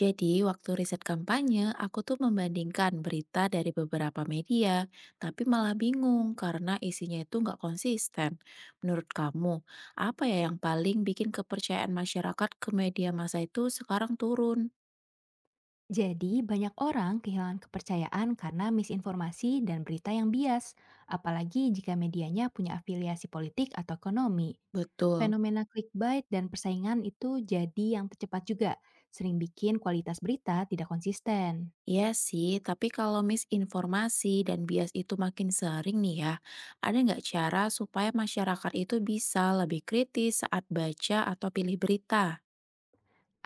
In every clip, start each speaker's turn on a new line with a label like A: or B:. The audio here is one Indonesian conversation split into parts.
A: Jadi, waktu riset kampanye, aku tuh membandingkan berita dari beberapa media, tapi malah bingung karena isinya itu nggak konsisten. Menurut kamu, apa ya yang paling bikin kepercayaan masyarakat ke media massa itu sekarang turun?
B: Jadi, banyak orang kehilangan kepercayaan karena misinformasi dan berita yang bias, apalagi jika medianya punya afiliasi politik atau ekonomi.
A: Betul.
B: Fenomena clickbait dan persaingan itu jadi yang tercepat juga, sering bikin kualitas berita tidak konsisten.
A: Iya sih, tapi kalau misinformasi dan bias itu makin sering nih ya, ada nggak cara supaya masyarakat itu bisa lebih kritis saat baca atau pilih berita?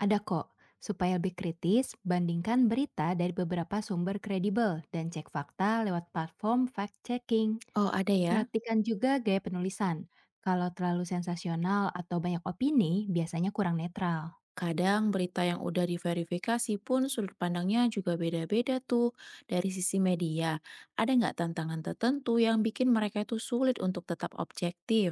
B: Ada kok, supaya lebih kritis, bandingkan berita dari beberapa sumber kredibel dan cek fakta lewat platform fact-checking.
A: Oh, ada ya.
B: Perhatikan juga gaya penulisan. Kalau terlalu sensasional atau banyak opini, biasanya kurang netral.
A: Kadang berita yang udah diverifikasi pun sudut pandangnya juga beda-beda tuh dari sisi media. Ada nggak tantangan tertentu yang bikin mereka itu sulit untuk tetap objektif?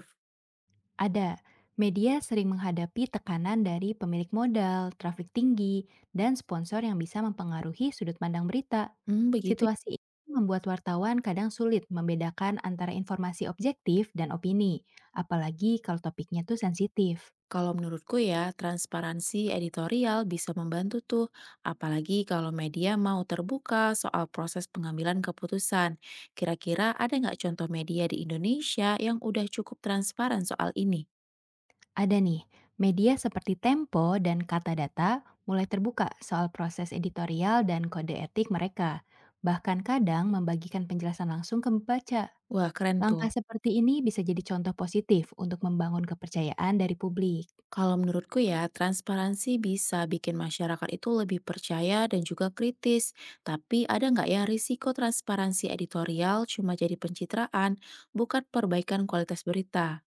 B: Ada, media sering menghadapi tekanan dari pemilik modal, trafik tinggi, dan sponsor yang bisa mempengaruhi sudut pandang berita.
A: Hmm, begitu, ya.
B: Situasi ini membuat wartawan kadang sulit membedakan antara informasi objektif dan opini, apalagi kalau topiknya tuh sensitif.
A: Kalau menurutku ya, transparansi editorial bisa membantu tuh, apalagi kalau media mau terbuka soal proses pengambilan keputusan. Kira-kira ada nggak contoh media di Indonesia yang udah cukup transparan soal ini?
B: Ada nih, media seperti Tempo dan Kata Data mulai terbuka soal proses editorial dan kode etik mereka, bahkan kadang membagikan penjelasan langsung ke pembaca.
A: Wah, keren tuh.
B: Langkah seperti ini bisa jadi contoh positif untuk membangun kepercayaan dari publik.
A: Kalau menurutku ya, transparansi bisa bikin masyarakat itu lebih percaya dan juga kritis. Tapi ada nggak ya risiko transparansi editorial cuma jadi pencitraan, bukan perbaikan kualitas berita?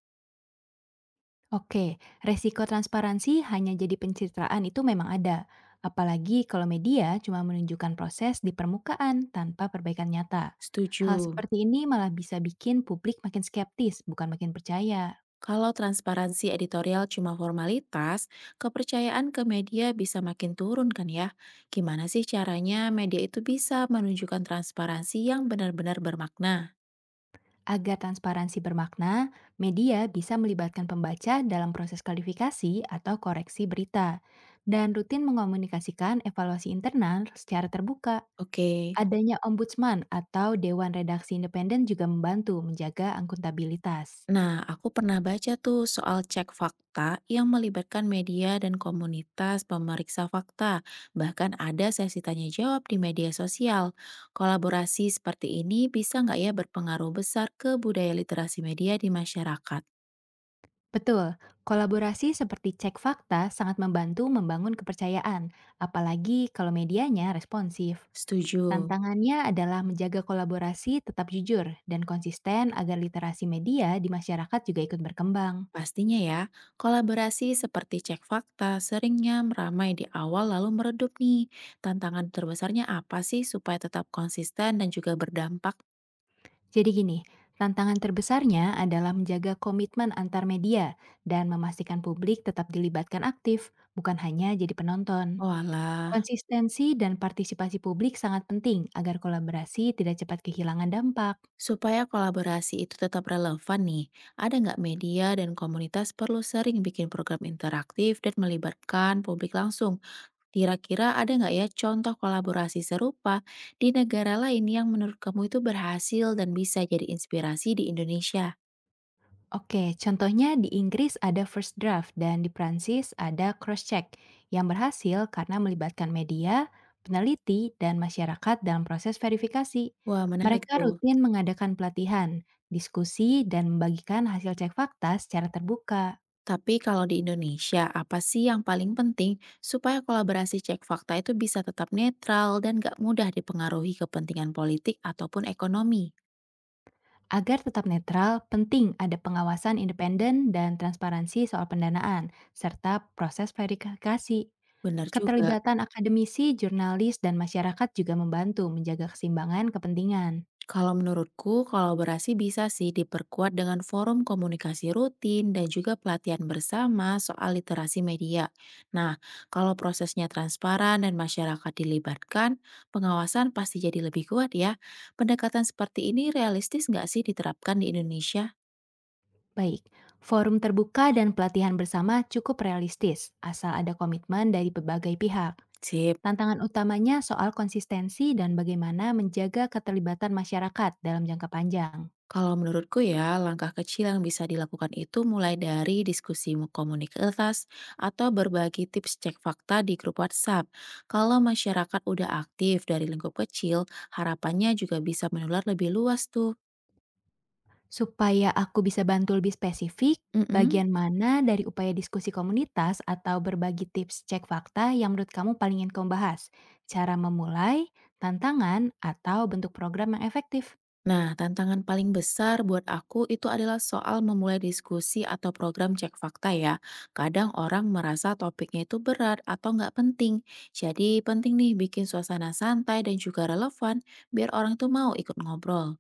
B: Oke, resiko transparansi hanya jadi pencitraan itu memang ada, apalagi kalau media cuma menunjukkan proses di permukaan tanpa perbaikan nyata. Hal
A: Setuju.
B: seperti ini malah bisa bikin publik makin skeptis, bukan makin percaya.
A: Kalau transparansi editorial cuma formalitas, kepercayaan ke media bisa makin turun kan ya? Gimana sih caranya media itu bisa menunjukkan transparansi yang benar-benar bermakna?
B: Agar transparansi bermakna, media bisa melibatkan pembaca dalam proses klarifikasi atau koreksi berita, dan rutin mengomunikasikan evaluasi internal secara terbuka.
A: Oke.
B: Adanya ombudsman atau dewan redaksi independen juga membantu menjaga akuntabilitas.
A: Nah, aku pernah baca tuh soal cek fakta yang melibatkan media dan komunitas pemeriksa fakta. Bahkan ada sesi tanya jawab di media sosial. Kolaborasi seperti ini bisa nggak ya berpengaruh besar ke budaya literasi media di masyarakat?
B: Betul, kolaborasi seperti cek fakta sangat membantu membangun kepercayaan, apalagi kalau medianya responsif.
A: Setuju.
B: Tantangannya adalah menjaga kolaborasi tetap jujur dan konsisten agar literasi media di masyarakat juga ikut berkembang.
A: Pastinya ya, kolaborasi seperti cek fakta seringnya meramai di awal lalu meredup nih. Tantangan terbesarnya apa sih supaya tetap konsisten dan juga berdampak?
B: Jadi gini, tantangan terbesarnya adalah menjaga komitmen antar media dan memastikan publik tetap dilibatkan aktif, bukan hanya jadi penonton.
A: Walah.
B: Konsistensi dan partisipasi publik sangat penting agar kolaborasi tidak cepat kehilangan dampak.
A: Supaya kolaborasi itu tetap relevan nih, ada nggak media dan komunitas perlu sering bikin program interaktif dan melibatkan publik langsung? Kira-kira ada nggak ya contoh kolaborasi serupa di negara lain yang menurut kamu itu berhasil dan bisa jadi inspirasi di Indonesia?
B: Oke, contohnya di Inggris ada first draft dan di Prancis ada cross-check yang berhasil karena melibatkan media, peneliti, dan masyarakat dalam proses verifikasi.
A: Wah, menarik
B: Mereka
A: tuh.
B: rutin mengadakan pelatihan, diskusi, dan membagikan hasil cek fakta secara terbuka.
A: Tapi kalau di Indonesia, apa sih yang paling penting supaya kolaborasi cek fakta itu bisa tetap netral dan nggak mudah dipengaruhi kepentingan politik ataupun ekonomi?
B: Agar tetap netral, penting ada pengawasan independen dan transparansi soal pendanaan, serta proses verifikasi.
A: Benar juga.
B: Keterlibatan akademisi, jurnalis, dan masyarakat juga membantu menjaga keseimbangan kepentingan.
A: Kalau menurutku, kolaborasi bisa sih diperkuat dengan forum komunikasi rutin dan juga pelatihan bersama soal literasi media. Nah, kalau prosesnya transparan dan masyarakat dilibatkan, pengawasan pasti jadi lebih kuat ya. Pendekatan seperti ini realistis nggak sih diterapkan di Indonesia?
B: Baik, forum terbuka dan pelatihan bersama cukup realistis, asal ada komitmen dari berbagai pihak.
A: Sip.
B: Tantangan utamanya soal konsistensi dan bagaimana menjaga keterlibatan masyarakat dalam jangka panjang.
A: Kalau menurutku ya, langkah kecil yang bisa dilakukan itu mulai dari komunitas atau berbagi tips cek fakta di grup WhatsApp. Kalau masyarakat udah aktif dari lingkup kecil, harapannya juga bisa menular lebih luas tuh.
B: Supaya aku bisa bantu lebih spesifik,
A: Mm-mm.
B: bagian mana dari upaya diskusi komunitas atau berbagi tips cek fakta yang menurut kamu paling ingin kamu bahas? Cara memulai, tantangan, atau bentuk program yang efektif?
A: Nah, tantangan paling besar buat aku itu adalah soal memulai diskusi atau program cek fakta ya. Kadang orang merasa topiknya itu berat atau nggak penting. Jadi penting nih bikin suasana santai dan juga relevan biar orang itu mau ikut ngobrol.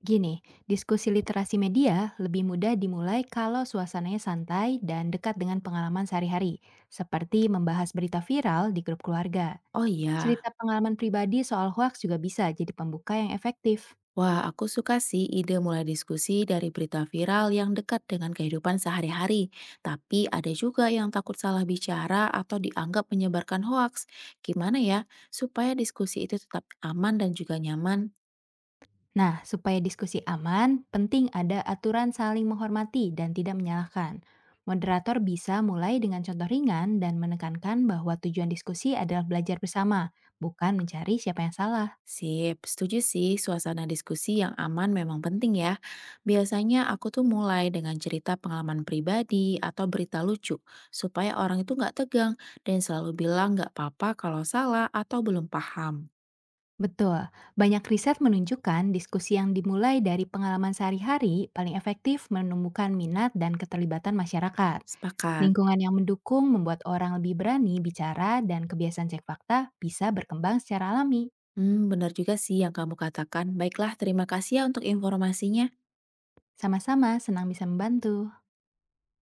B: Gini, diskusi literasi media lebih mudah dimulai kalau suasananya santai dan dekat dengan pengalaman sehari-hari, seperti membahas berita viral di grup keluarga.
A: Oh iya.
B: Cerita pengalaman pribadi soal hoaks juga bisa jadi pembuka yang efektif.
A: Wah, aku suka sih ide mulai diskusi dari berita viral yang dekat dengan kehidupan sehari-hari. Tapi ada juga yang takut salah bicara atau dianggap menyebarkan hoaks. Gimana ya supaya diskusi itu tetap aman dan juga nyaman?
B: Nah, supaya diskusi aman, penting ada aturan saling menghormati dan tidak menyalahkan. Moderator bisa mulai dengan contoh ringan dan menekankan bahwa tujuan diskusi adalah belajar bersama, bukan mencari siapa yang salah.
A: Sip, setuju sih suasana diskusi yang aman memang penting ya. Biasanya aku tuh mulai dengan cerita pengalaman pribadi atau berita lucu supaya orang itu nggak tegang dan selalu bilang nggak apa-apa kalau salah atau belum paham.
B: Betul, banyak riset menunjukkan diskusi yang dimulai dari pengalaman sehari-hari paling efektif menumbuhkan minat dan keterlibatan masyarakat.
A: Sepakat.
B: Lingkungan yang mendukung membuat orang lebih berani bicara dan kebiasaan cek fakta bisa berkembang secara alami.
A: Hmm, benar juga sih yang kamu katakan. Baiklah, terima kasih ya untuk informasinya.
B: Sama-sama senang bisa membantu.